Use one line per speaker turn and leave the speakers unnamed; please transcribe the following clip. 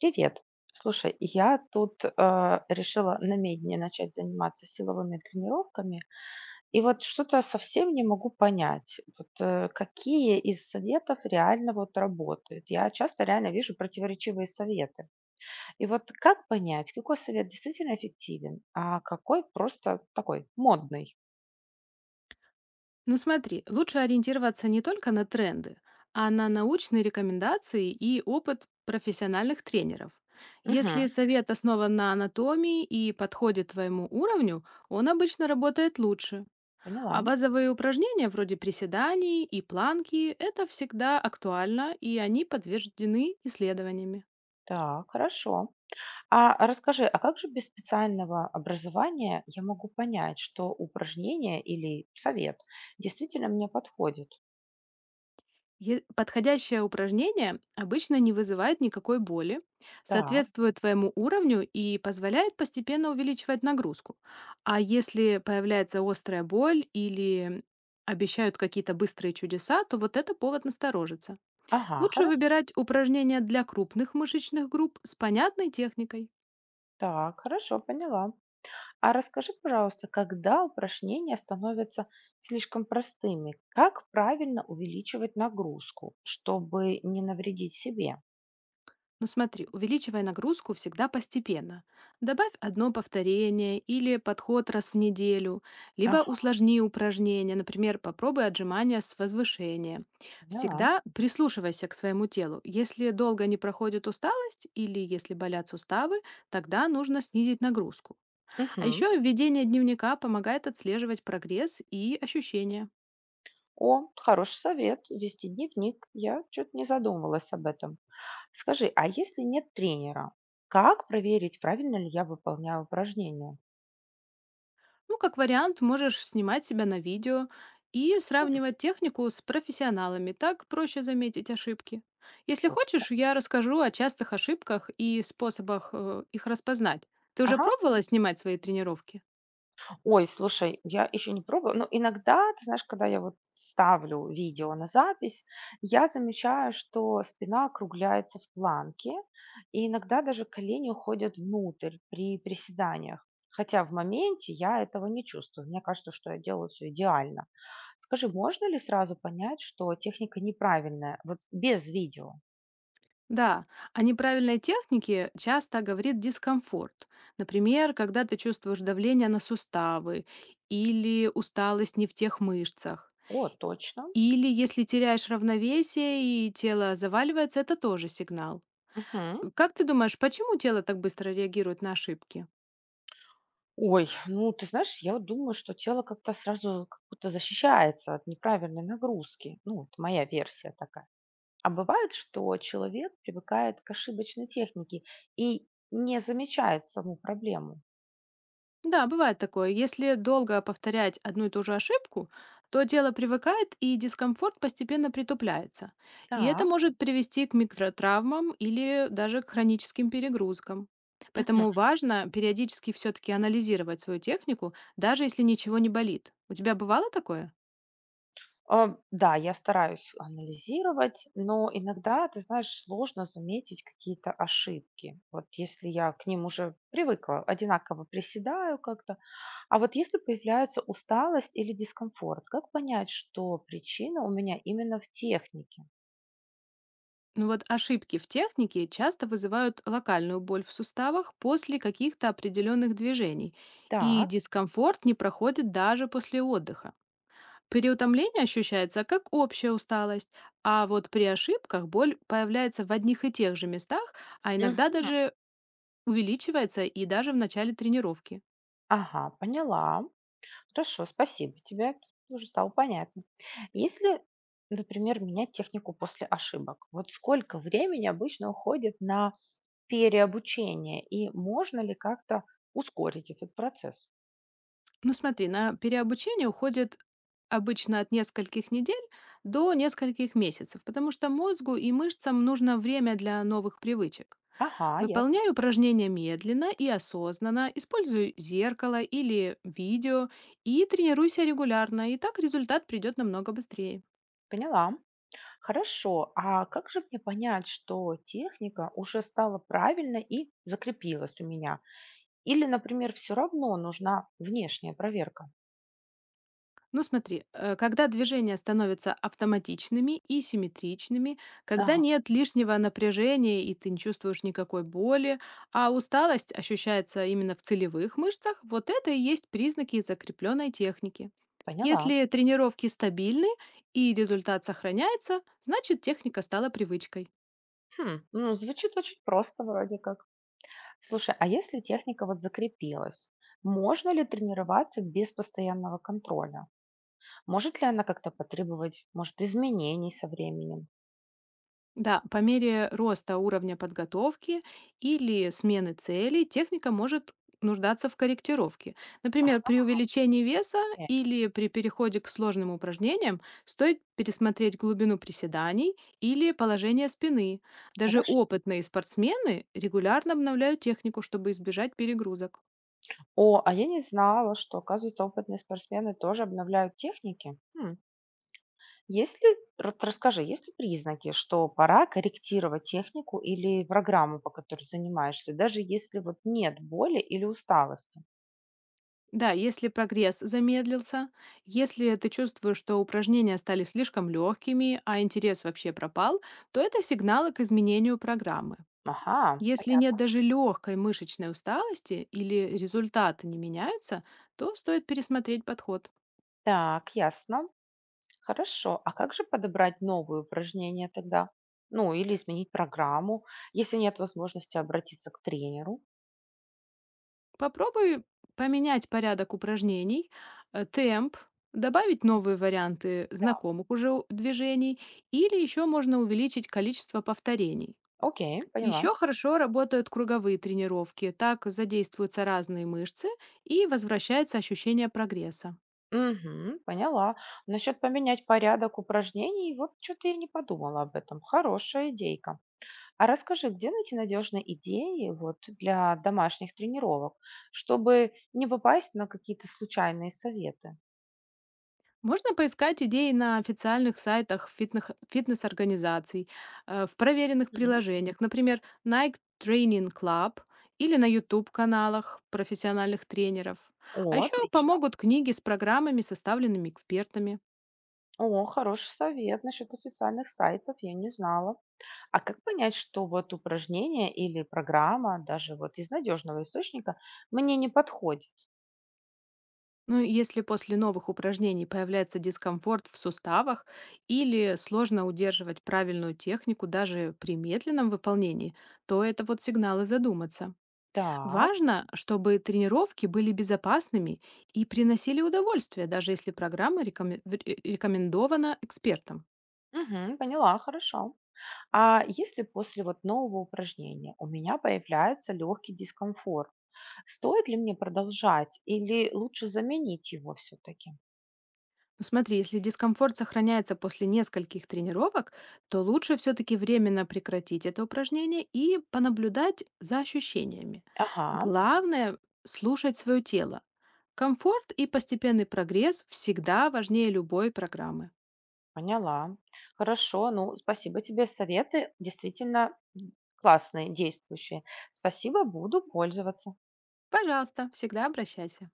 Привет. Слушай, я тут решила намедни начать заниматься силовыми тренировками, и вот что-то совсем не могу понять, вот, какие из советов реально вот работают. Я часто реально вижу противоречивые советы. И вот как понять, какой совет действительно эффективен, а какой просто такой модный?
Ну смотри, лучше ориентироваться не только на тренды, а на научные рекомендации и опыт профессиональных тренеров. Если
Мгм.
совет основан на анатомии и подходит твоему уровню, он обычно работает лучше.
Поняла.
А базовые упражнения вроде приседаний и планки — это всегда актуально, и они подтверждены исследованиями.
Так, хорошо. А расскажи, а как же без специального образования я могу понять, что упражнение или совет действительно мне подходит?
Подходящее упражнение обычно не вызывает никакой боли,
Так,
соответствует твоему уровню и позволяет постепенно увеличивать нагрузку. А если появляется острая боль или обещают какие-то быстрые чудеса, то вот это повод насторожиться.
ага,
Лучше
хорошо,
выбирать упражнения для крупных мышечных групп с понятной техникой.
так, хорошо, поняла. А расскажи, пожалуйста, когда упражнения становятся слишком простыми, как правильно увеличивать нагрузку, чтобы не навредить себе?
Ну смотри, увеличивай нагрузку всегда постепенно. Добавь одно повторение или подход раз в неделю, либо
Ага,
усложни упражнение, например, попробуй отжимания с возвышения.
поняла.
Всегда прислушивайся к своему телу. Если долго не проходит усталость или если болят суставы, тогда нужно снизить нагрузку. А
Мгм.
еще введение дневника помогает отслеживать прогресс и ощущения.
О, хороший совет, вести дневник. Я что-то не задумывалась об этом. Скажи, а если нет тренера, как проверить, правильно ли я выполняю упражнения?
Ну, как вариант, можешь снимать себя на видео и
М.
сравнивать технику с профессионалами. Так проще заметить ошибки. Если
Вот.
хочешь, я расскажу о частых ошибках и способах их распознать. Ты уже
Ага.
пробовала снимать свои тренировки?
Ой, слушай, я еще не пробовала, но иногда, ты знаешь, когда я вот ставлю видео на запись, я замечаю, что спина округляется в планке, и иногда даже колени уходят внутрь при приседаниях. Хотя в моменте я этого не чувствую. Мне кажется, что я делаю все идеально. Скажи, можно ли сразу понять, что техника неправильная, вот без видео?
Да, о неправильной технике часто говорит дискомфорт. Например, когда ты чувствуешь давление на суставы или усталость не в тех мышцах.
О, точно.
Или если теряешь равновесие и тело заваливается, это тоже сигнал.
Мгм.
Как ты думаешь, почему тело так быстро реагирует на ошибки?
Ой, ну ты знаешь, я вот думаю, что тело как-то сразу как будто защищается от неправильной нагрузки. Ну, это моя версия такая. А бывает, что человек привыкает к ошибочной технике и не замечает саму проблему.
Да, бывает такое. Если долго повторять одну и ту же ошибку, то тело привыкает и дискомфорт постепенно притупляется. И это
Так.
может привести к микротравмам или даже к хроническим перегрузкам.
Мгм.
Поэтому важно периодически все-таки анализировать свою технику, даже если ничего не болит. У тебя бывало такое?
А, да, я стараюсь анализировать, но иногда, ты знаешь, сложно заметить какие-то ошибки. Вот если я к ним уже привыкла, одинаково приседаю как-то. А вот если появляется усталость или дискомфорт, как понять, что причина у меня именно в технике?
Ну вот ошибки в технике часто вызывают локальную боль в суставах после каких-то определенных движений, и
Так,
дискомфорт не проходит даже после отдыха. Переутомление ощущается как общая усталость, а вот при ошибках боль появляется в одних и тех же местах, а
мгм,
иногда даже увеличивается и даже в начале тренировки.
ага, поняла. Хорошо, спасибо тебе. Уже стало понятно. Если, например, менять технику после ошибок, вот сколько времени обычно уходит на переобучение и можно ли как-то ускорить этот процесс?
Ну смотри, на переобучение уходит обычно от нескольких недель до нескольких месяцев, потому что мозгу и мышцам нужно время для новых привычек.
Ага, ясно,
Выполняй упражнения медленно и осознанно, используй зеркало или видео и тренируйся регулярно, и так результат придет намного быстрее.
поняла. Хорошо, а как же мне понять, что техника уже стала правильной и закрепилась у меня? Или, например, все равно нужна внешняя проверка?
Ну смотри, когда движения становятся автоматичными и симметричными, когда
Ага,
нет лишнего напряжения и ты не чувствуешь никакой боли, а усталость ощущается именно в целевых мышцах, вот это и есть признаки закрепленной техники.
поняла.
Если тренировки стабильны и результат сохраняется, значит техника стала привычкой.
Хм, ну, звучит очень просто вроде как. Слушай, а если техника вот закрепилась, можно ли тренироваться без постоянного контроля? Может ли она как-то потребовать, может, изменений со временем?
Да, по мере роста уровня подготовки или смены целей техника может нуждаться в корректировке.
Ах,
Например, при увеличении веса
э,
или при переходе к сложным упражнениям стоит пересмотреть глубину приседаний или положение спины. Даже
хорошо.
опытные спортсмены регулярно обновляют технику, чтобы избежать перегрузок.
О, а я не знала, что, оказывается, опытные спортсмены тоже обновляют техники. Хм, есть ли, рот расскажи, есть ли признаки, что пора корректировать технику или программу, по которой занимаешься, даже если вот нет боли или усталости?
Да, если прогресс замедлился, если ты чувствуешь, что упражнения стали слишком легкими, а интерес вообще пропал, то это сигналы к изменению программы.
Ага,
Если нет
понятно.
даже легкой мышечной усталости или результаты не меняются, то стоит пересмотреть подход.
Так, ясно. Хорошо. А как же подобрать новые упражнения тогда? Ну, или изменить программу, если нет возможности обратиться к тренеру?
Попробуй поменять порядок упражнений, темп, добавить новые варианты
Да.
знакомых уже движений или еще можно увеличить количество повторений.
Окей, поняла.
Еще хорошо работают круговые тренировки, так задействуются разные мышцы и возвращается ощущение прогресса.
Угу, поняла. Насчет поменять порядок упражнений, вот что-то я не подумала об этом. Хорошая идейка. А расскажи, где найти надежные идеи вот для домашних тренировок, чтобы не попасть на какие-то случайные советы?
Можно поискать идеи на официальных сайтах фитнес-организаций, в проверенных
Мгм.
приложениях, например, Nike Training Club или на YouTube-каналах профессиональных тренеров. А
О,
еще
отлично.
помогут книги с программами, составленными экспертами.
О, хороший совет насчет официальных сайтов, я не знала. А как понять, что вот упражнение или программа, даже вот из надежного источника, мне не подходит?
Ну, если после новых упражнений появляется дискомфорт в суставах или сложно удерживать правильную технику даже при медленном выполнении, то это вот сигналы задуматься.
Так,
Важно, чтобы тренировки были безопасными и приносили удовольствие, даже если программа рекомендована экспертам.
мгм, поняла, хорошо. А если после вот нового упражнения у меня появляется легкий дискомфорт, стоит ли мне продолжать или лучше заменить его все-таки?
Ну, смотри, если дискомфорт сохраняется после нескольких тренировок, то лучше все-таки временно прекратить это упражнение и понаблюдать за ощущениями.
Ага,
Главное — слушать свое тело. Комфорт и постепенный прогресс всегда важнее любой программы.
поняла. Хорошо, ну, спасибо тебе, советы действительно классные, действующие. Спасибо, буду пользоваться.
Пожалуйста, всегда обращайся.